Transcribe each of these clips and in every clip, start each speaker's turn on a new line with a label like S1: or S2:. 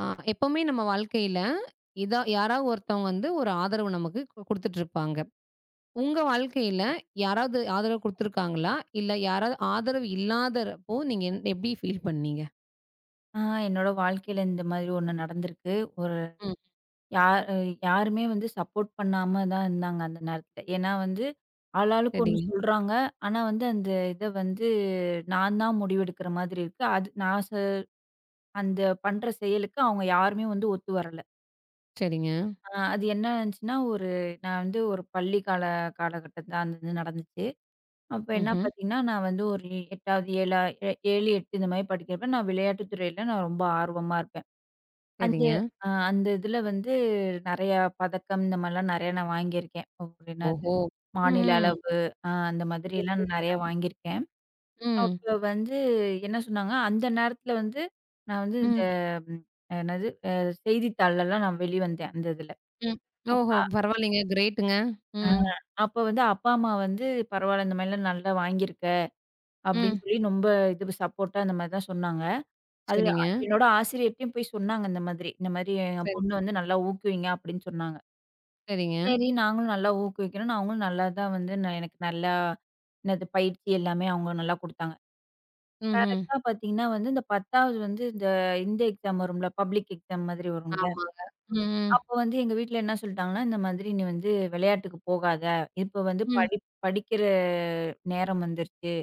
S1: ஆ, எப்பவுமே நம்ம வாழ்க்கையில, இதா யாராவது ஒருத்தவங்க வந்து ஒரு ஆதரவு நமக்கு குடுத்துட்டு இருப்பாங்க. உங்க வாழ்க்கையில யாராவது ஆதரவு குடுத்துருக்காங்களா? இல்ல யாராவது ஆதரவு இல்லாதறப்போ நீங்க எப்படி ஃபீல் பண்ணீங்க?
S2: ஆ என்னோட வாழ்க்கையில இந்த மாதிரி ஒண்ணு நடந்திருக்கு. ஒரு
S1: ம்.
S2: யார் யாருமே வந்து சப்போர்ட் பண்ணாம தான் இருந்தாங்க அந்த நேரத்துல. ஏன்னா வந்து ஆளாளுக்கு ஒண்ணு
S1: சரிங்க,
S2: சொல்றாங்க. ஆனா வந்து அந்த இத வந்து நான் தான் முடிவெடுக்கிற மாதிரி இருக்கு. அது நான் ச அந்த பண்ற செயலுக்கு அவங்க யாருமே வந்து ஒத்து வரல.
S1: சரிங்க.
S2: அது என்ன ஆச்சுன்னா, ஒரு நான் வந்து ஒரு பள்ளி காலகட்டத்துல அந்த இது நடந்துச்சு. அப்ப என்ன
S1: ம்ஹ்ம்.
S2: பார்த்தீங்கன்னா, நான் வந்து ஒரு 8வது 7 7, 8 இந்த மாரி படிக்கிறப்ப நான் விளையாட்டு துறையில நான் ரொம்ப ஆர்வமா இருப்பேன். அந்த
S1: சரிங்க.
S2: அந்த இதுல வந்து நெறையா பதக்கம் இந்த மாரிலாம் நெறையா நான் வாங்கியிருக்கேன். ஒரு என்னது
S1: ஓஹோ!
S2: மாநில
S1: ம்ஹ்ம்.
S2: அளவு அந்த
S1: குட்,
S2: மாதிரிலாம்
S1: குட்ங்க.
S2: நெறையா வாங்கியிருக்கேன்.
S1: ம்.
S2: அப்ப வந்து என்ன சொன்னாங்க, அந்த நேரத்துல வந்து நான் வந்து இந்த
S1: ம்.
S2: ம் என்னது செய்தித்தாள்லலாம் நான் வெளிவந்தேன் அந்த இதுல.
S1: ம்.
S2: அப்ப
S1: ஓஹோ! பரவாயில்லைங்க. கிரேட்டுங்க.
S2: அ
S1: ம்.
S2: அப்ப வந்து அப்பா, அம்மா வந்து "பரவால்ல இந்த மாரிலாம் நல்லா வாங்கியிருக்க" அப்படின்னு
S1: ம்.
S2: சொல்லி ரொம்ப இது சப்போர்ட்டா அந்த மாரி தான் சொன்னாங்க. அது
S1: சரிங்க.
S2: என்னோட ஆசிரியர்ட்டயும் போய் சொன்னாங்க இந்த மாதிரி. இந்த மாதிரி "எங்க
S1: சரி,
S2: பொண்ணு வந்து நல்லா ஊக்குவிங்க" அப்படின்னு சொன்னாங்க.
S1: சரிங்க.
S2: சரி, நாங்களும் நல்லா ஊக்குவிக்கணும்னு, அவங்களும் நல்லா தான் வந்து எனக்கு நல்லா என்னது பயிற்சி எல்லாமே அவங்க நல்லா குடுத்தாங்க.
S1: ம்ஹ்ம்.
S2: கரெக்ட்டா பார்த்தீங்கன்னா வந்து, இந்த 10வது வந்து இந்த இந்த எக்ஸாம் வரும்ல, பப்ளிக் எக்ஸாம் மாதிரி வரும்ல.
S1: ஆமாங்க. ம், ம்.
S2: அப்போ வந்து எங்க வீட்ல என்ன சொல்ட்டாங்கன்னா, "இந்த மாதிரி நீ வந்து விளையாட்டுக்கு போகாத. இப்ப வந்து
S1: ம்.
S2: படிக்கிற நேரம் வந்துருச்சு.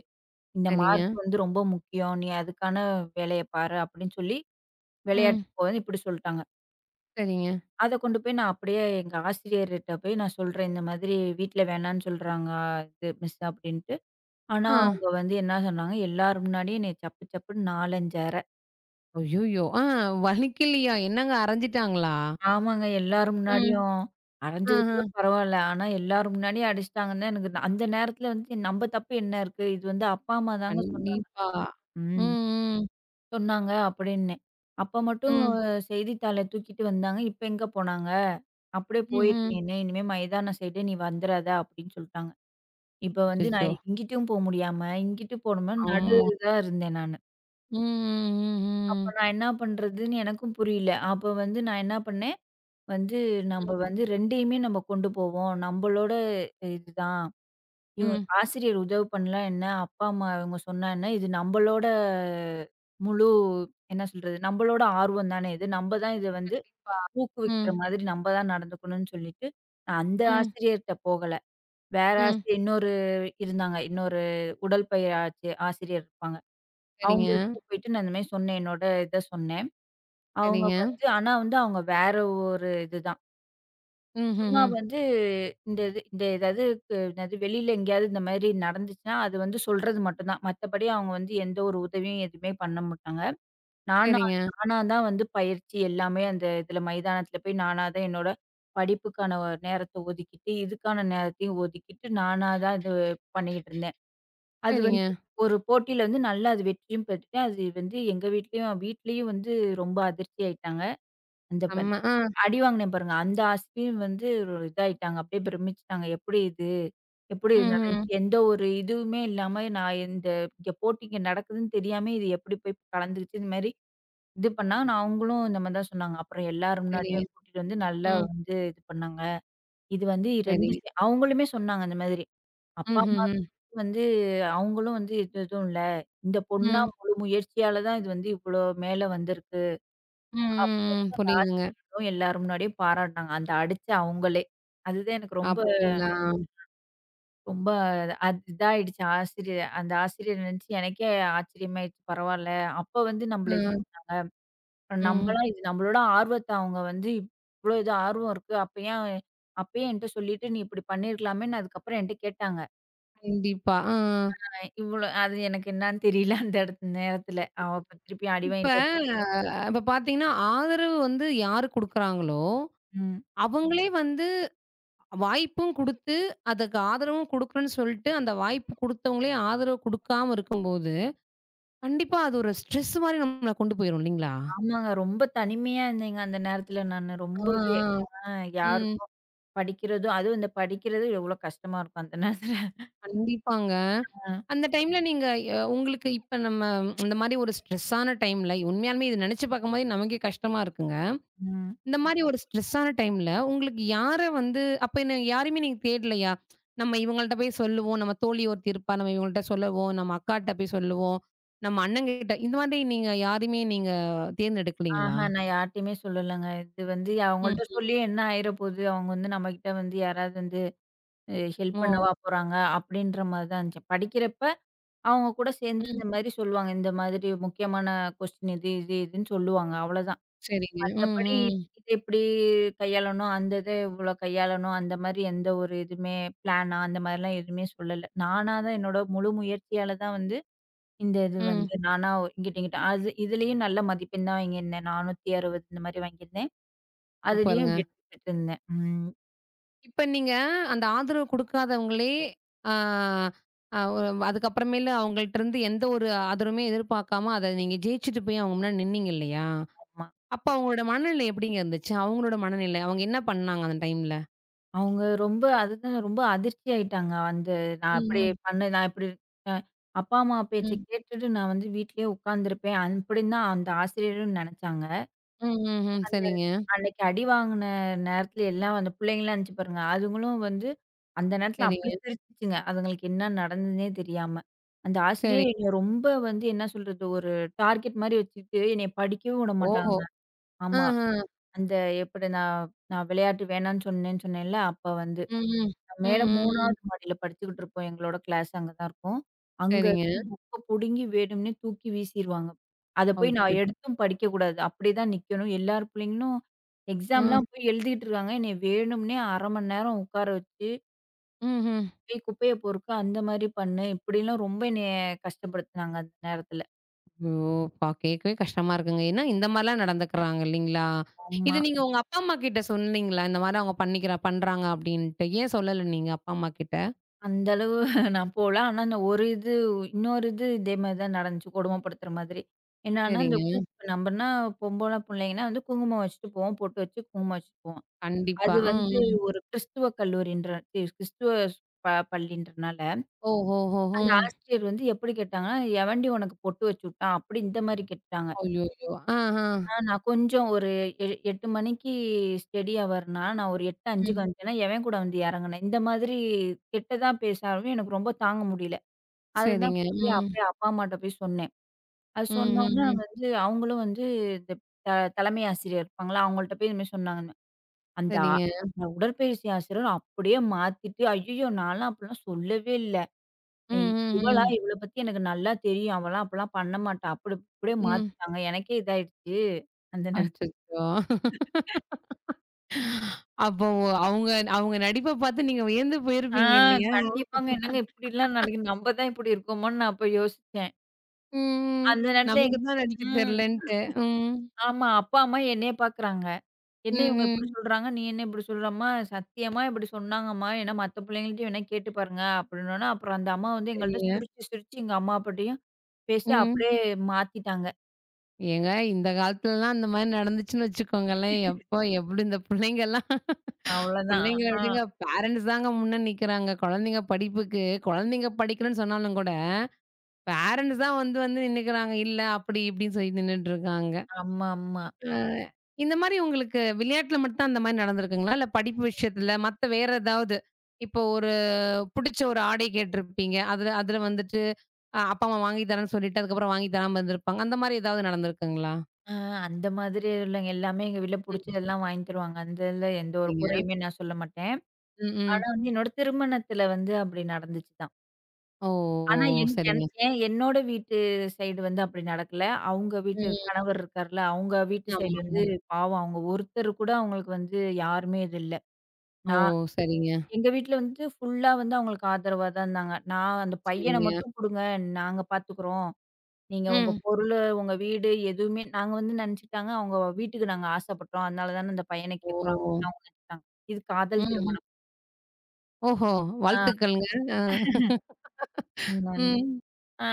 S2: இந்த
S1: சரிங்க.
S2: மார்க் வந்து ரொம்ப முக்கியம். நீ அதுக்கான வேலைய பாரு" அப்படின்னு சொல்லி,
S1: ம்.
S2: விளையாட்டுக்கு போகாதன்னு இப்படி சொல்ட்டாங்க.
S1: சரிங்க.
S2: அத கொண்டு போய் நான் அப்படியே எங்க ஆசிரியர்ட்ட போய் நான் சொல்றேன். இந்த மாதிரி வீட்ல வேணான்னு சொல்றாங்க இது மிஸ் அப்படின்ட்டு. ஆனா
S1: ஆ.
S2: ம். அவங்க வந்து என்ன சொன்னாங்க, எல்லார் முன்னாடியும் என்னைய சப்பு சப்புன்னு 4, 5 அர.
S1: ஐய்யய்யோ! ஆ, வலிக்கலையா? என்னங்க அரைஞ்சிட்டாங்களா?
S2: ஆமாங்க எல்லார் ம்.
S1: ம்.
S2: முன்னாடியும். அரைஞ்சது
S1: ஆஹா.
S2: கூட பரவால்ல. ஆனா எல்லார் முன்னாடியும் அடிச்சுட்டாங்கன்னா எனக்கு அந்த நேரத்துல வந்து நம்ம தப்பு என்ன இருக்கு? இது வந்து அப்பா, அம்மா தாங்க சொன்னாங்க.
S1: கண்டிப்பா. ம்,
S2: ம்.
S1: ம்,
S2: சொன்னாங்க அப்படின்னு. அப்ப மட்டும்
S1: ம்,
S2: செய்தித்தாள தூக்கிட்டு வந்தாங்க. இப்ப எங்க போனாங்க? அப்படியே போயிரு
S1: ம்ஹ்ம்.
S2: நீனு. இனிமே மைதானம் சைடு நீ வந்துராத அப்படின்னு சொல்ட்டாங்க. இப்ப வந்து
S1: அச்சச்சோ!
S2: நான் இங்கிட்டும் போ முடியாம, இங்கிட்டு போணுமா நடு
S1: ஆமா.
S2: இதா இருந்தேன் நானு.
S1: ம், ம், ம்,
S2: அப்ப
S1: ம்.
S2: நான் என்ன பண்றதுன்னு எனக்கும் புரியல. அப்ப வந்து நான் என்ன பண்ணேன், வந்து நம்ம வந்து 2யுமே நம்ம கொண்டு போவோம். நம்பளோட இதுதான். இவ
S1: ம்.
S2: ஆசிரியர் உதவி பண்ணல என்ன, அப்பா, அம்மா இவங்க சொன்னா என்ன, இது நம்பளோட முழு என்ன சொல்றது, நம்பளோட ஆர்வம் தானே இது. நம்ப தான் இத வந்து
S1: கண்டிப்பா.
S2: ஊக்குவிக்கிற
S1: ம்,
S2: மாதிரி நம்ப தான் நடந்துக்கணும்னு சொல்லிட்டு, நான் அந்த
S1: ம்,
S2: ஆசிரியர்ட்ட போகல. வேற
S1: ம்.
S2: ஆசிரியர் இன்னொரு இருந்தாங்க. இன்னொரு உடல்பயிர் ஆச்சி ஆசிரியர் இருப்பாங்க.
S1: சரிங்க,
S2: அவங்கள்ட்ட போயிட்டு நான் இந்த மாரி சொன்னேன். என்னோட இத சொன்னேன். அவங்க
S1: சரிங்க.
S2: வந்து ஆனா வந்து அவங்க வேற ஒரு இதுதான். சும்மா
S1: ம்ஹ்ஹ்ம்.
S2: வந்து இந்த இது இந்த ஏதாவது என்னது வெளியில எங்கேயாவது இந்த மாரி நடந்துச்சுன்னா, அது வந்து சொல்றது மட்டும் தான். மத்தபடி அவங்க வந்து எந்த ஒரு உதவியும் எதுவுமே பண்ண மாட்டாங்க. நானா
S1: சரிங்க,
S2: நானா தான் வந்து பயிற்சி எல்லாமே அந்த இதுல மைதானத்துல போய் நானா தான் என்னோட படிப்புக்கான நேரத்த ஒதுக்கிட்டு, இதுக்கான நேரத்தையும் ஒதுக்கிட்டு நானா தான் இது பண்ணிக்கிட்டு இருந்தேன். அது வந்து
S1: சரிங்க.
S2: ஒரு போட்டியில வந்து நல்லா அது வெற்றியும் பெற்று, அது வந்து எங்க வீட்லயும் வீட்லயும் வந்து ரொம்ப அதிர்ச்சி ஆயிட்டாங்க. அந்த ப
S1: செம்ம. ஆ.
S2: அடி வாங்கினேன் பாருங்க, அந்த ஆசிரியரும் வந்து ஒரு இதாயிட்டாங்க. அப்படியே பிரமிச்சுட்டாங்க. எப்படி இது? எப்படி இது
S1: ம்ஹ்ம்.
S2: நடந்துச்சு? எந்த ஒரு இதுவுமே இல்லாம நான் இந்த இங்க போட்டி இங்க நடக்குதுன்னு தெரியாம இது எப்படி போய் கலந்துருச்சு? இந்த மாரி இது பண்ணாங்க. நான் அவங்களும் இந்த மாரி தான் சொன்னாங்க. அப்புறம் எல்லார்
S1: சரிங்க,
S2: முன்னாடியும் கூட்டிட்டு வந்து நல்லா
S1: ம்.
S2: வந்து இது பண்ணாங்க. இது வந்து 2
S1: சரிங்க.
S2: சே அவங்களுமே சொன்னாங்க அந்த மாதிரி. அப்பா, அம்மா
S1: ம்ஹ்ஹ்ம்.
S2: வந்து அவங்களும் வந்து இது எதுவும் இல்ல. இந்த பொண்ணா
S1: ம்.
S2: முழு முயற்சியால தான் இது வந்து இவ்ளோ மேல வந்திருக்கு.
S1: ம்,
S2: அப்ப
S1: ம், ம். புரியுதுங்க.
S2: ஆசிரியர்களும் எல்லார் முன்னாடியும் பாராட்டுனாங்க. அந்த அடிச்ச அவங்களே. அதுதான் எனக்கு ரொம்ப
S1: அப்படிங்களா?
S2: ரொம்ப அது இதாயிடுச்சு. ஆசிரியர் அந்த ஆசிரியர் நினைச்சு எனக்கே ஆச்சரியமாயிடுச்சு. பரவால்ல. அப்ப வந்து நம்மள இது
S1: ஆ. ம்.
S2: நம்மளா இது நம்மளோட ஆர்வத்த அவங்க வந்து இவ்ளோ இது ஆர்வம் இருக்கு. அப்ப ஏன் அப்பயே என்ட்ட சொல்லிட்டு நீ இப்படி பண்ணியிருக்கலாமேன்னு அதுக்கப்புறம் என்ட்ட கேட்டாங்க.
S1: கண்டிப்பா. ஆ.
S2: இவ்வளோ அது எனக்கு என்னான்னு தெரியல அந்த இடத்து நேரத்துல. அவ அப்ப திருப்பி அடி
S1: இப்ப
S2: வாங்கிட்டே
S1: இப்ப பார்த்தீங்கன்னா, ஆதரவு வந்து யாரு குடுக்குறாங்களோ,
S2: ம்.
S1: அவங்களே வந்து வாய்ப்பும் குடுத்து, அதுக்கு ஆதரவும் குடுக்குறேன்னு சொல்ட்டு, அந்த வாய்ப்பு குடுத்தவங்களே ஆதரவு குடுக்காம இருக்கும்போது, கண்டிப்பா அது ஒரு ஸ்ட்ரெஸ் மாரி நம்மள கொண்டு போயிரும் இல்லைங்களா?
S2: ஆமாங்க. ரொம்ப தனிமையா இருந்தேங்க அந்த நேரத்துல நானு.
S1: ஆ,
S2: ரொம்பவே.
S1: ஆ.
S2: ஆ
S1: ம்.
S2: யாருக்கும் படிக்கிறதும் அதுவும் இந்த படிக்கிறது எவ்வளோ கஷ்டமா இருக்கும் அந்த நேரத்துல.
S1: கண்டிப்பாங்க.
S2: ஆ.
S1: அந்த டைம்ல நீங்க உங்களுக்கு இப்ப நம்ம இந்த மாரி ஒரு ஸ்ட்ரெஸ்ஸான டைம்ல, உண்மையாலுமே இத நெனச்சு பார்க்கும்போதே நமக்கே கஷ்டமா இருக்குங்க.
S2: ம்.
S1: இந்த மாரி ஒரு ஸ்ட்ரெஸ்ஸான டைம்ல, உங்களுக்கு யார வந்து அப்ப என்ன யாரையுமே நீங்க தேடலையா? நம்ம இவங்கள்ட்ட போய் சொல்லுவோம். நம்ம தோழி ஒருத்தி இருப்பா. நம்ம இவங்கள்ட்ட சொல்லுவோம். நம்ம அக்காட்ட போய் சொல்லுவோம். நம்ம அண்ணங்கிட்ட இந்த மாதிரி நீங்க யாரையுமே நீங்க தேர்ந்தெடுக்கலீங்களா?
S2: ஆஹா நான் யார்ட்டயுமே சொல்லலங்க. இது வந்து அவங்கள்ட்ட
S1: ம்.
S2: சொல்லி என்ன ஆயிர போகுது? அவங்க வந்து நம்மகிட்ட வந்து யாராவது வந்து ஹெல்ப்
S1: ஓ!
S2: பண்ணவா போறாங்க? அப்படின்ற மாரி தான் இருந்துச்சு. படிக்கிறப்ப அவங்க கூட சேர்ந்து
S1: ம்.
S2: இந்த மாரி சொல்லுவாங்க. இந்த மாதிரி முக்கியமான கொஸ்டின் இது, இது, இதுன்னு சொல்லுவாங்க. அவ்வளோதான்.
S1: சரிங்க. ம்,
S2: மத்தபடி
S1: ம்,
S2: இது எப்படி கையாளணும், அந்த இத இவ்ளோ கையாளணும், அந்த மாரி எந்த ஒரு இதுவுமே பிளானா அந்த மாரிலாம் எதுவுமே சொல்லல. நானா தான் என்னோட முழு முயற்சியால தான் வந்து இந்த இது
S1: ம்.
S2: வந்து நானா இங்கிட்டு, இங்கிட்டு அது இதுலயும் நல்ல மதிப்பெண் தான் வாங்கியிருந்தேன். 460 இந்த மாரி வாங்கியிருந்தேன்.
S1: சூப்பருங்க.
S2: அதுலயும் வெற்றி பெற்றிருந்தேன். ம்.
S1: இப்ப நீங்க அந்த ஆதரவு குடுக்காதவங்களே, ஆ, ஒரு அதுக்கப்புறமேலு அவங்கள்ட்ட இருந்து எந்த ஒரு ஆதரவுமே எதிர்பார்க்காம, அத நீங்க ஜெயிச்சுட்டு போய் அவங்க முன்னாடி நின்னீங்க இல்லையா?
S2: ஆமா.
S1: அப்ப அவங்களோட மனநிலை எப்படிங்க இருந்துச்சு? அவங்களோட மனநிலை, அவங்க என்ன பண்ணாங்க அந்த டைம்ல?
S2: அவங்க ரொம்ப அதுதான் ரொம்ப அதிர்ச்சி ஆயிட்டாங்க. அந்த நான்
S1: ம்,
S2: அப்படி
S1: ம்,
S2: பண்ண நான் இப்படி அ அப்பா, அம்மா பேச்ச
S1: ம்.
S2: கேட்டுட்டு நான் வந்து வீட்லயே உட்காந்துருப்பேன். அப்படின்னு தான் அந்த ஆசிரியரும் நெனச்சாங்க.
S1: ம், ம், ம்.
S2: அந்த
S1: சரிங்க,
S2: அன்னைக்கு அடி வாங்குன நேரத்துல எல்லாம் அந்த பிள்ளைங்கலாம் இருந்துச்சு பாருங்க. அதுங்களும் வந்து அந்த நேரத்துல
S1: சரிங்க,
S2: அப்படி சிரிச்சுச்சுங்க. அதுங்களுக்கு என்ன நடந்ததுன்னே தெரியாம. அந்த
S1: சரி.
S2: ஆசிரியர் என்னைய ரொம்ப வந்து என்ன சொல்றது, ஒரு டார்கெட் மாரி வச்சுட்டு என்னைய படிக்கவும் விட
S1: ஓஹோ!
S2: மாட்டாங்க. ஆமா.
S1: ஆஹ.
S2: அந்த எப்படி நான் நான் விளையாட்டு வேணான்னு சொன்னேன்னு சொன்னேன்ல, அப்ப வந்து
S1: ம், ம். ம்,
S2: மேல
S1: ம், ம்.
S2: 3வது மாடியில படிச்சுக்கிட்டு இருப்போம். எங்களோட கிளாஸ் அங்க தான் இருக்கும். அங்க
S1: சரிங்க.
S2: இருந்து ம். புக்க புடுங்கி வேணும்னே தூக்கி வீசிருவாங்க. அத போய் நான்
S1: அச்சச்சோ!
S2: எடுத்தும் படிக்கக்கூடாது. அப்படியே தான் நிக்கணும். எல்லார் பிள்ளைங்களும்
S1: ஆ.
S2: எக்ஸாம்லாம் போய் எழுதிட்டு இருக்காங்க. என்னைய வேணும்னே 1/2 மணி நேரம் உட்கார வச்சு,
S1: ம்ஹ்ம்.
S2: "ஏய் குப்பைய பொறுக்கு, அந்த மாரி பண்ணு" இப்படிலாம் ரொம்ப என்னைய கஷ்டப்படுத்துனாங்க அந்த நேரத்துல.
S1: ஐயோ! கேட்கவே கஷ்டமா இருக்குங்க. ஏன்னா இந்த மாரிலாம் நடந்துக்கிறாங்க இல்லைங்களா? இது
S2: ஆமா.
S1: நீங்க உங்க அப்பா, அம்மா கிட்ட சொன்னீங்களா? இந்த மாரி அவங்க பண்ணிக்கிறா பண்றாங்க அப்படின்ட்டு. ஏன் சொல்லல நீங்க அப்பா, அம்மா கிட்ட?
S2: அந்த அளவு நான் போல. ஆனா, அந்த ஒரு இது இன்னொரு இது இதே மாரி தான் நடந்துச்சு கொடுமைப்படுத்துற மாதிரி. என்னன்னா, இந்த
S1: சரிங்க.
S2: நம்பன்னா பொம்பள புள்ளைங்கன்னா வந்து குங்குமம் வச்சுட்டு போவோம். பொட்டு வச்சு குங்குமம் வச்சுட்டு போவோம். அது
S1: கண்டிப்பா. ம்,
S2: வந்து
S1: ம்.
S2: ஒரு கிறிஸ்துவ கல்லூரின்ற சி கிறிஸ்துவ பள்ளின்றனால,
S1: ஓஹோஹோ!
S2: அந்த
S1: ம்.
S2: ஆசிரியர் வந்து எப்படி கேட்டாங்கன்னா, "எவன்டி உனக்கு பொட்டு வச்சுட்டான்?" அப்படி இந்த மாரி கேட்டாங்க.
S1: ஐய்யய்யோ! ஆஹ.
S2: ஆ நான் கொஞ்சம் ஒரு 8 மணிக்கு ஸ்டடி ஹவர்னா, நான் ஒரு
S1: ம்.
S2: 8:05க்கு வந்துட்டேன்னா, எவன் கூட வந்து இறங்குனேன்? இந்த மாதிரி கெட்டதா பேச ஆரம்பி எனக்கு ரொம்ப தாங்க முடியல. அதுதான்
S1: சரிங்க.
S2: கொண்டு போய்
S1: ம்.
S2: அப்படியே அப்பா அம்மாட்ட போய் சொன்னேன். அது
S1: ம், ம்,
S2: சொன்னோனே
S1: ம்.
S2: வந்து அவங்களும் வந்து இந்த த தலைமை ஆசிரியர் இருப்பாங்களா, அவங்கள்ட்ட போய் இதுமாரி சொன்னாங்கன்னு. அந்த அ
S1: சரிங்க.
S2: அந்த உடற்பயிற்சி ஆசிரியர் அப்படியே மாத்திட்டு, ஐய்யயோ! நான்லாம் அப்படிலாம் சொல்லவே இல்ல.
S1: ம்,
S2: இ
S1: ம்,
S2: இவளா
S1: ம்.
S2: இவள பத்தி எனக்கு நல்லா தெரியும். அவலாம் அப்பலாம் பண்ண மாட்டா. அப்படி அப்படியே
S1: ம்.
S2: மாத்திட்டாங்க. எனக்கே இதாயிடுச்சு. அந்த நேரத்துல.
S1: அச்சச்சோ! அப்போ அவுங்க அவுங்க நடிப்ப பார்த்து நீங்க வியந்து
S2: ஆ
S1: போயிருப்பீங்க இல்லையா?
S2: கண்டிப்பாங்க. என்னங்க இப்படிலாம் நடக்குது. நம்ம தான் இப்படி இருக்கோமோன்னு நான் அப்ப யோசிச்சேன்.
S1: ம்.
S2: அந்த நேரத்துல
S1: நமக்கு தான் நடிக்க
S2: ம்.
S1: தெரியலன்ட்டு. ம்.
S2: ஆமா. அப்பா, அம்மா என்னைய பாக்குறாங்க.
S1: ம்,
S2: என்ன இவங்க இப்படி
S1: ம்.
S2: சொல்றாங்க? நீ என்ன இப்படி சொல்ற? அம்மா சத்தியமா இப்படி சொன்னாங்கம்மா. ஏன்னா மத்த பிள்ளைங்கள்ட்டயும் வேணா கேட்டு பாருங்க அப்படின்னோன, அப்புறம் அந்த அம்மா வந்து எங்கள்ட்ட
S1: சரிங்க.
S2: சிரிச்சு சிரிச்சு எங்க அம்மா அப்பாட்டயும் பேசி
S1: ம்.
S2: அப்படியே மாத்திட்டாங்க.
S1: ஏங்க, இந்த காலத்துலலாம் அந்த மாரி நடந்துச்சுன்னு வச்சுக்கோங்களேன், எப்படி இந்த
S2: அவ்வளோதான்.
S1: புள்ளைங்கள
S2: ஆ
S1: விடுங்க, பேரண்ட்ஸ் தாங்க முன்ன நிக்கிறாங்க. குழந்தைங்க படிக்கலன்னு சொன்னாலும் கூட, பேரண்ட்ஸ் தான் வந்து வந்து நின்னுக்கிறாங்க. இல்ல அப்படி இப்படின்னு சொல்லி நின்னுட்டு இருக்காங்க.
S2: ஆமா, ஆமா.
S1: அ. இந்த மாரி உங்களுக்கு விளையாட்டுல மட்டும் தான் அந்த மாரி நடந்திருக்குங்களா? இல்ல படிப்பு விஷயத்துல, மத்த வேற ஏதாவது? இப்போ புடிச்ச ஒரு ஆடை கேட்டிருப்பீங்க. அதுல அதுல வந்துட்டு அப்பா, அம்மா வாங்கி தரேன்னு சொல்லிட்டு, அதுக்கப்புறம் வாங்கி தராம இருந்திருப்பாங்க. அந்த மாரி ஏதாவது நடந்திருக்குங்களா?
S2: ஆ அந்த மாதிரி இல்லங்க. எல்லாமே எங்க வீட்ல
S1: ம்.
S2: புடிச்சதெல்லாம் வாங்கி தருவாங்க. அந்த இதுல எந்த ஒரு
S1: சரிங்க.
S2: குறையுமே நான் சொல்ல மாட்டேன்.
S1: ம்,
S2: ஆனா
S1: ம்.
S2: வந்து என்னோட திருமணத்துல வந்து அப்படி நடந்துச்சு தான்.
S1: ஓ! ஓ!
S2: ஆனா என் என்
S1: சரிங்க.
S2: ஏன் என்னோட வீட்டு சைடு வந்து அப்படி நடக்கல. அவங்க வீட்டு
S1: ம்.
S2: கணவர் இருக்கார்ல, அவங்க வீட்டு சைடு வந்து
S1: ஆமாங்க.
S2: பாவம் அவங்க ஒருத்தர் கூட அவங்களுக்கு வந்து யாருமே இது இல்ல.
S1: ஓ!
S2: நான்
S1: சரிங்க,
S2: எங்க வீட்ல வந்து ஃபுல்லா வந்து அவங்களுக்கு ஆதரவா தான் இருந்தாங்க. நான் அந்த பையன
S1: சரிங்க.
S2: மட்டும் குடுங்க, நாங்க பாத்துக்குறோம். நீங்க உங்க
S1: ம்.
S2: பொருளு, உங்க வீடு எதுவுமே நாங்க வந்து நெனச்சுட்டாங்க, அவங்க வீட்டுக்கு நாங்க ஆசைப்பட்டோம். அதனால தான அந்த பையன
S1: ஓ!
S2: கேட்குறோம் அப்படின்னு அவங்க நெனச்சுட்டாங்க. இது காதல்
S1: ம்ஹ்ம்.
S2: திருமணம்.
S1: ஓஹோ! வாழ்த்துக்கள்ங்க. அ.
S2: ஆ.
S1: ம்.
S2: ஆ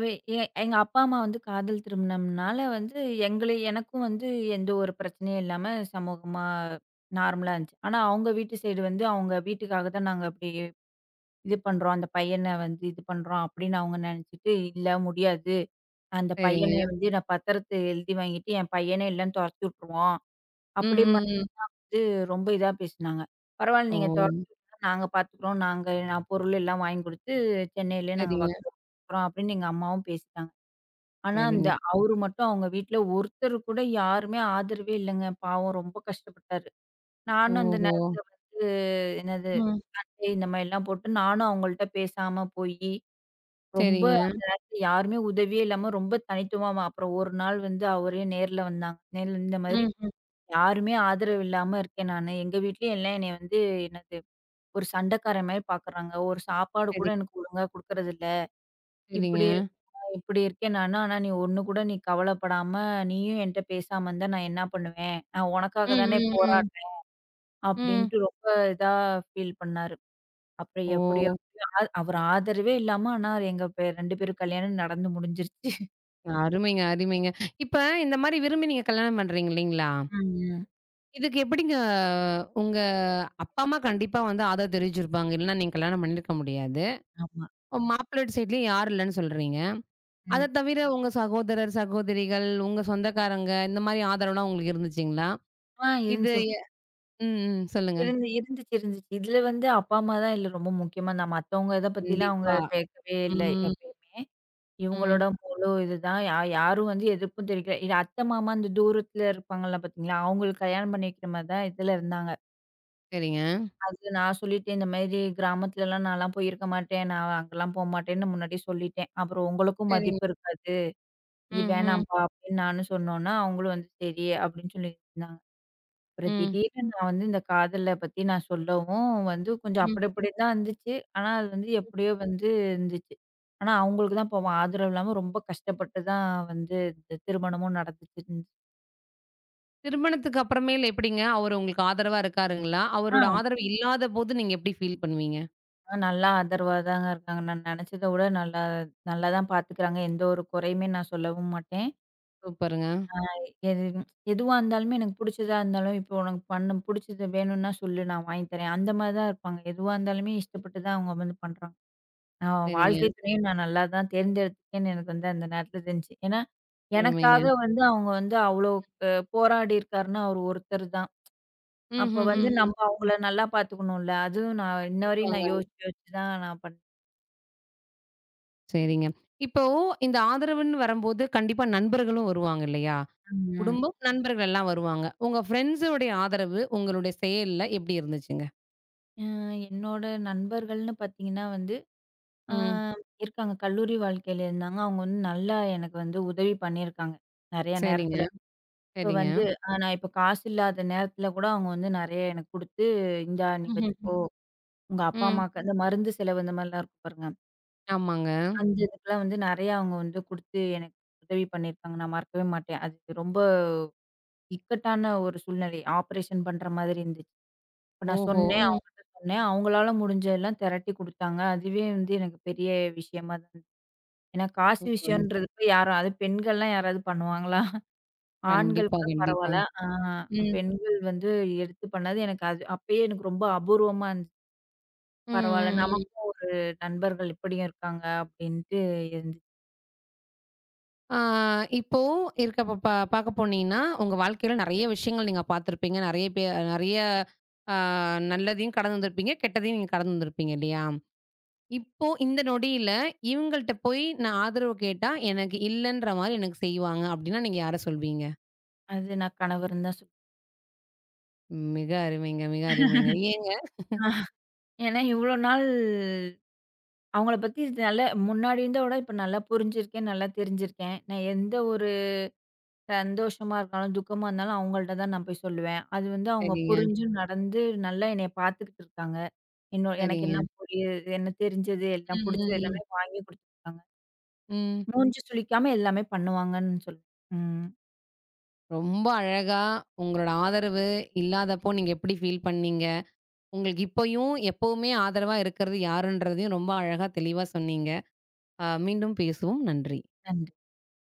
S2: வே எங்க அப்பா, அம்மா வந்து காதல் திருமணம்னால வந்து எங்கள எனக்கும் வந்து எந்த ஒரு பிரச்சனையும் இல்லாம சமூகமா நார்மலா இருந்துச்சு. ஆனா அவங்க வீட்டு சைடு வந்து அவங்க வீட்டுக்காக தான் நாங்க அப்படி இது பண்றோம். அந்த பையன வந்து இது பண்றோம் அப்படின்னு அவங்க நினைச்சுட்டு, "இல்ல முடியாது. அந்த
S1: சரிங்க.
S2: பையனை வந்து நான் பத்திரத்த எழுதி வாங்கிட்டு என் பையனே இல்லன்னு தொரத்தி விட்டுருவோம்."
S1: ம்,
S2: அப்படி
S1: ம், ம்.
S2: வந்து ரொம்ப இதா பேசினாங்க. "பரவாயில்ல
S1: ஓ!
S2: நீங்க தொரத்தி விடுங்க. நாங்க பார்த்துக்கிறோம். நாங்க நான் பொருள் எல்லாம் வாங்கி கொடுத்து சென்னையிலயே நாங்க
S1: சரிங்க,
S2: வக்கிறோம்" அப்படின்னு எங்க அம்மாவும் பேசிட்டாங்க. ஆனா, அந்த
S1: சரிங்க.
S2: அவரு மட்டும் அவங்க வீட்ல ஒருத்தர் கூட யாருமே ஆதரவே இல்லங்க. பாவம் ரொம்ப கஷ்டப்பட்டாரு. நானும் அந்த
S1: ஓஹோ!
S2: என்னது
S1: ம்.
S2: தேய் இந்த மாரிலாம் போட்டு நானும் அவங்கள்ட்ட பேசாம போயி, ரொம்ப
S1: சரிங்க.
S2: வந்து யாருமே உதவியே இல்லாம ரொம்ப தனித்துவமா அப்புறம் ஒரு நாள் வந்து அவரே நேர்ல வந்தாங்க. நேர்ல இந்த மாதிரி
S1: ம்ஹ்ம்.
S2: யாருமே ஆதரவு இல்லாம இருக்கேன் நானு. எங்க வீட்லயும் எல்லாம் என்னைய வந்து என்னது ஒரு சண்டைக்காரன் மாரி பார்க்குறாங்க. ஒரு சாப்பாடு கூட
S1: சரி,
S2: எனக்கு ஒழுங்கா குடுக்குறதில்ல.
S1: சரிங்க.
S2: இப்படி இப்படி இருக்கேன் நானு. ஆனா நீ ஒண்ணு கூட நீ கவலைப்படாம, நீயும் என்ட்ட பேசாம இருந்தா நான் என்ன பண்ணுவேன்? நான்
S1: ம்,
S2: உனக்காக தானே
S1: ம், ம்.
S2: போராடுறேன்."
S1: ம்.
S2: அப்படின்ட்டு ரொம்ப இதா ஃபீல் பண்ணாரு. அப்புறம் எப்படியோ
S1: ஓ!
S2: அவர் ஆதரவே இல்லாம ஆனா எங்க 2 பேரும் கல்யாணம் நடந்து முடிஞ்சிருச்சு.
S1: அருமைங்க, அருமைங்க. இப்ப இந்த மாரி விரும்பி நீங்க கல்யாணம் பண்றீங்க இல்லைங்களா?
S2: ம், ம்.
S1: இதுக்கு எப்படிங்க உங்க அப்பா, அம்மா கண்டிப்பா வந்து ஆதரவு தெரிவிச்சிருப்பாங்க. இல்லன்னா நீங்க கல்யாணம் பண்ணியிருக்க முடியாது.
S2: ஆமா.
S1: மாப்பிள்ளை வீட்டு சைட்லயும் யாரும் இல்லன்னு சொல்றீங்க. அத
S2: ம்.
S1: தவிர உங்க சகோதரர், சகோதரிகள், உங்க சொந்தக்காரங்க இந்த மாரி ஆதரவுலாம் உங்களுக்கு இருந்துச்சுங்களா?
S2: ஆ
S1: இது
S2: இருந்துச்சு.
S1: எ ம், ம். சொல்லுங்க.
S2: இருந்துச்சு இருந்துச்சு. இதுல வந்து அப்பா, அம்மா தான் இதுல ரொம்ப முக்கியமா இருந்தா மத்தவங்க இத பத்திலாம் அவங்க
S1: கண்டிப்பா.
S2: கேட்கவே இல்ல
S1: ம்,
S2: எப்பயுமே.
S1: ம்.
S2: இவங்களோட முழு இதுதான். யாரும் வந்து எதிர்ப்பும் தெரிவிக்கல. இது அத்தை, மாமா அந்த தூரத்துல இருப்பாங்கள்ல பார்த்தீங்களா, அவங்களுக்கு கல்யாணம் பண்ணி வைக்கிற மாரி தான் இதில இருந்தாங்க.
S1: சரிங்க.
S2: அது நான் சொல்லிட்டேன், இந்த மாரி கிராமத்துலலாம் நான்லாம் போயிருக்க மாட்டேன். நான் அங்கலாம் போமாட்டேன்னு முன்னாடியே சொல்லிட்டேன். அப்புறம் உங்களுக்கும்
S1: சரிங்க.
S2: மதிப்பு இருக்காது. இது
S1: ம், ம்,
S2: வேணாம்ப்பா அப்படின்னு நானும் சொன்னோன்னா, அவங்களும் வந்து சரி அப்படின்னு சொல்லியிருந்தாங்க. அப்புறம்
S1: ம்,
S2: திடீர்னு நான் வந்து இந்த காதல பத்தி நான் சொல்லவும் வந்து கொஞ்சம்
S1: ம்.
S2: அப்படி இப்படின்னு தான் இருந்துச்சு. ஆனா அது வந்து எப்படியோ வந்து இருந்துச்சு. ஆனா அவங்களுக்கு தான் பாவம் ஆதரவு இல்லாம ரொம்ப கஷ்டப்பட்டு தான் வந்து இந்த திருமணமும் நடந்துச்சு.
S1: திருமணத்துக்கு அப்புறமேல் எப்படிங்க? அவரு உங்களுக்கு ஆதரவா இருக்காருங்களா?
S2: ஆ
S1: அவரோட ஆதரவு இல்லாதபோது நீங்க எப்படி ஃபீல் பண்ணுவீங்க?
S2: ஆ, நல்லா ஆதரவா தாங்க இருக்காங்க. நான் நெனச்சத விட நல்லா நல்லா தான் பாத்துக்கிறாங்க. எந்த ஒரு குறையுமே நான் சொல்லவும் மாட்டேன்.
S1: சூப்பருங்க.
S2: ஆ எது எதுவா இருந்தாலுமே எனக்கு புடிச்சதா இருந்தாலும், "இப்போ உனக்கு பண்ணு புடிச்சது வேணும்னா சொல்லு நான் வாங்கி தரேன்." அந்த மாரி தான் இருப்பாங்க. எதுவா இருந்தாலுமே இஷ்டப்பட்டு தான் அவங்க வந்து பண்றாங்க. ஆ
S1: சரிங்க.
S2: வாழ்க்கை துணையும் நான் நல்லா தான் தேர்ந்தெடுத்துட்டேன்னு எனக்கு வந்து அந்த நேரத்துல தெரிஞ்சுச்சு. ஏன்னா,
S1: அருமைங்க.
S2: எனக்காக வந்து அவங்க வந்து அவ்ளோ அ போராடி இருக்காருன்னா, அவரு ஒருத்தர் தான். அப்ப
S1: ம்ஹ்ஹ்ம்.
S2: வந்து ம். நம்ம அவங்கள நல்லா பார்த்துக்கணும்ல. அதுவும் நான் இன்ன வரையும் நான்
S1: கண்டிப்பாங்க.
S2: யோசிச்சு யோசிச்சு தான் நான் பண்ணேன்.
S1: சரிங்க. இப்போ இந்த ஆதரவுன்னு வரும்போது, கண்டிப்பா நண்பர்களும் வருவாங்க இல்லையா?
S2: ம்.
S1: குடும்பம், நண்பர்கள் எல்லாம் வருவாங்க. உங்க ஃப்ரெண்ட்ஸோடைய ஆதரவு உங்களுடைய செயல்ல எப்படி இருந்துச்சுங்க?
S2: அ என்னோட நண்பர்கள்னு பார்த்தீங்கன்னா வந்து, அ
S1: ம்.
S2: இருக்காங்க. கல்லூரி வாழ்க்கையில இருந்தாங்க. அவங்க வந்து நல்லா எனக்கு வந்து உதவி பண்ணியிருக்காங்க. நெறைய
S1: சரிங்க,
S2: நேரத்துல. இப்ப
S1: சரிங்க.
S2: வந்து நான் இப்ப காசு இல்லாத நேரத்துல கூட அவங்க வந்து நெறைய எனக்கு குடுத்து, "இந்தா நீ
S1: ம்ஹ்ம்.
S2: வச்சுக்கோ." உங்க அப்பா,
S1: ம்.
S2: அம்மாக்கு அந்த மருந்து செலவு இந்த மாரிலாம் இருக்கும் பாருங்க.
S1: ஆமாங்க.
S2: அந்த இதுக்கெல்லாம் வந்து நெறையா அவங்க வந்து குடுத்து எனக்கு உதவி பண்ணியிருக்காங்க. நான் மறக்கவே மாட்டேன். அது ரொம்ப இக்கட்டான ஒரு சூழ்நிலை. ஆப்ரேஷன் பண்ற மாதிரி இருந்துச்சு. இப்ப நான்
S1: ஓஹோ!
S2: சொன்னேன்,
S1: ம்.
S2: அவங்கட்ட சொன்னேன். அவங்களால முடிஞ்சதெல்லாம் திரட்டி குடுத்தாங்க. அதுவே வந்து எனக்கு பெரிய விஷயமா தான் இருந்துச்சு. ஏன்னா காசு
S1: சூப்பருங்க.
S2: விஷயம்ன்றதுக்கு யாரும் அது பெண்கள்லாம் யாராவது பண்ணுவாங்களா? ஆண்கள்
S1: கண்டிப்பா,
S2: கூட பரவால்ல.
S1: கண்டிப்பாங்க.
S2: ஆ
S1: ம்.
S2: பெண்கள் வந்து எடுத்து பண்ணது எனக்கு அது அப்பயே எனக்கு ரொம்ப அபூர்வமா இருந்துச்சு.
S1: ம்,
S2: பரவால்ல.
S1: ம், ம்.
S2: நமக்கும் ஒரு நண்பர்கள் இப்படியும் இருக்காங்க அப்படின்ட்டு இருந்துச்சு.
S1: ஆ, இப்போ இருக்க ப பா பாக்க போனீங்கன்னா, உங்க வாழ்க்கையில நெறைய விஷயங்கள் நீங்க பார்த்திருப்பீங்க. நெறைய பே நெறைய ஆ நல்லதையும் கடந்து வந்திருப்பீங்க. கெட்டதையும் நீங்க கடந்து வந்திருப்பீங்க இல்லையா? இப்போ இந்த நொடியில இவங்கள்ட்ட போய் நான் ஆதரவு கேட்டா, எனக்கு இல்லன்ற மாரி எனக்கு செய்வாங்க அப்டின்னா, நீங்க யார சொல்வீங்க?
S2: அது நான் கணவர்ன்னு தான்
S1: மிக அருமைங்க, மிக அருமைங்க. ஏங்க?
S2: சொல்லுவேன். ஏன்னா இவ்வளோ நாள் அவங்கள பத்தி நல்லா முன்னாடி இருந்தத விட இப்ப நல்லா புரிஞ்சிருக்கேன், நல்லா தெரிஞ்சிருக்கேன். நான் எந்த ஒரு சந்தோஷமா இருந்தாலும், துக்கமா இருந்தாலும் அவங்கள்ட்ட தான் நான் போய் சொல்லுவேன். அது வந்து அவங்க
S1: சரிங்க,
S2: புரிஞ்சு நடந்து நல்லா என்னைய பார்த்துக்கிட்டு இருக்காங்க. இன்னும் எனக்கு என்ன
S1: சரிங்க.
S2: புரியுது, என்ன தெரிஞ்சது, எல்லாம்
S1: ம்,
S2: புடிச்சது
S1: ம்,
S2: எல்லாமே வாங்கி குடுத்துருக்காங்க.
S1: ம்.
S2: மூஞ்சி சுளிக்காம எல்லாமே பண்ணுவாங்கன்னு சொல்லுவேன். ம்.
S1: ரொம்ப அழகா உங்களோட ஆதரவு இல்லாதப்போ நீங்க எப்டி ஃபீல் பண்ணீங்க? உங்களுக்கு இப்பயும், எப்பவுமே ஆதரவா இருக்கிறது யாருன்றதையும் ரொம்ப அழகா, தெளிவா சொன்னீங்க. மீண்டும் பேசுவோம். நன்றி.
S2: நன்றி.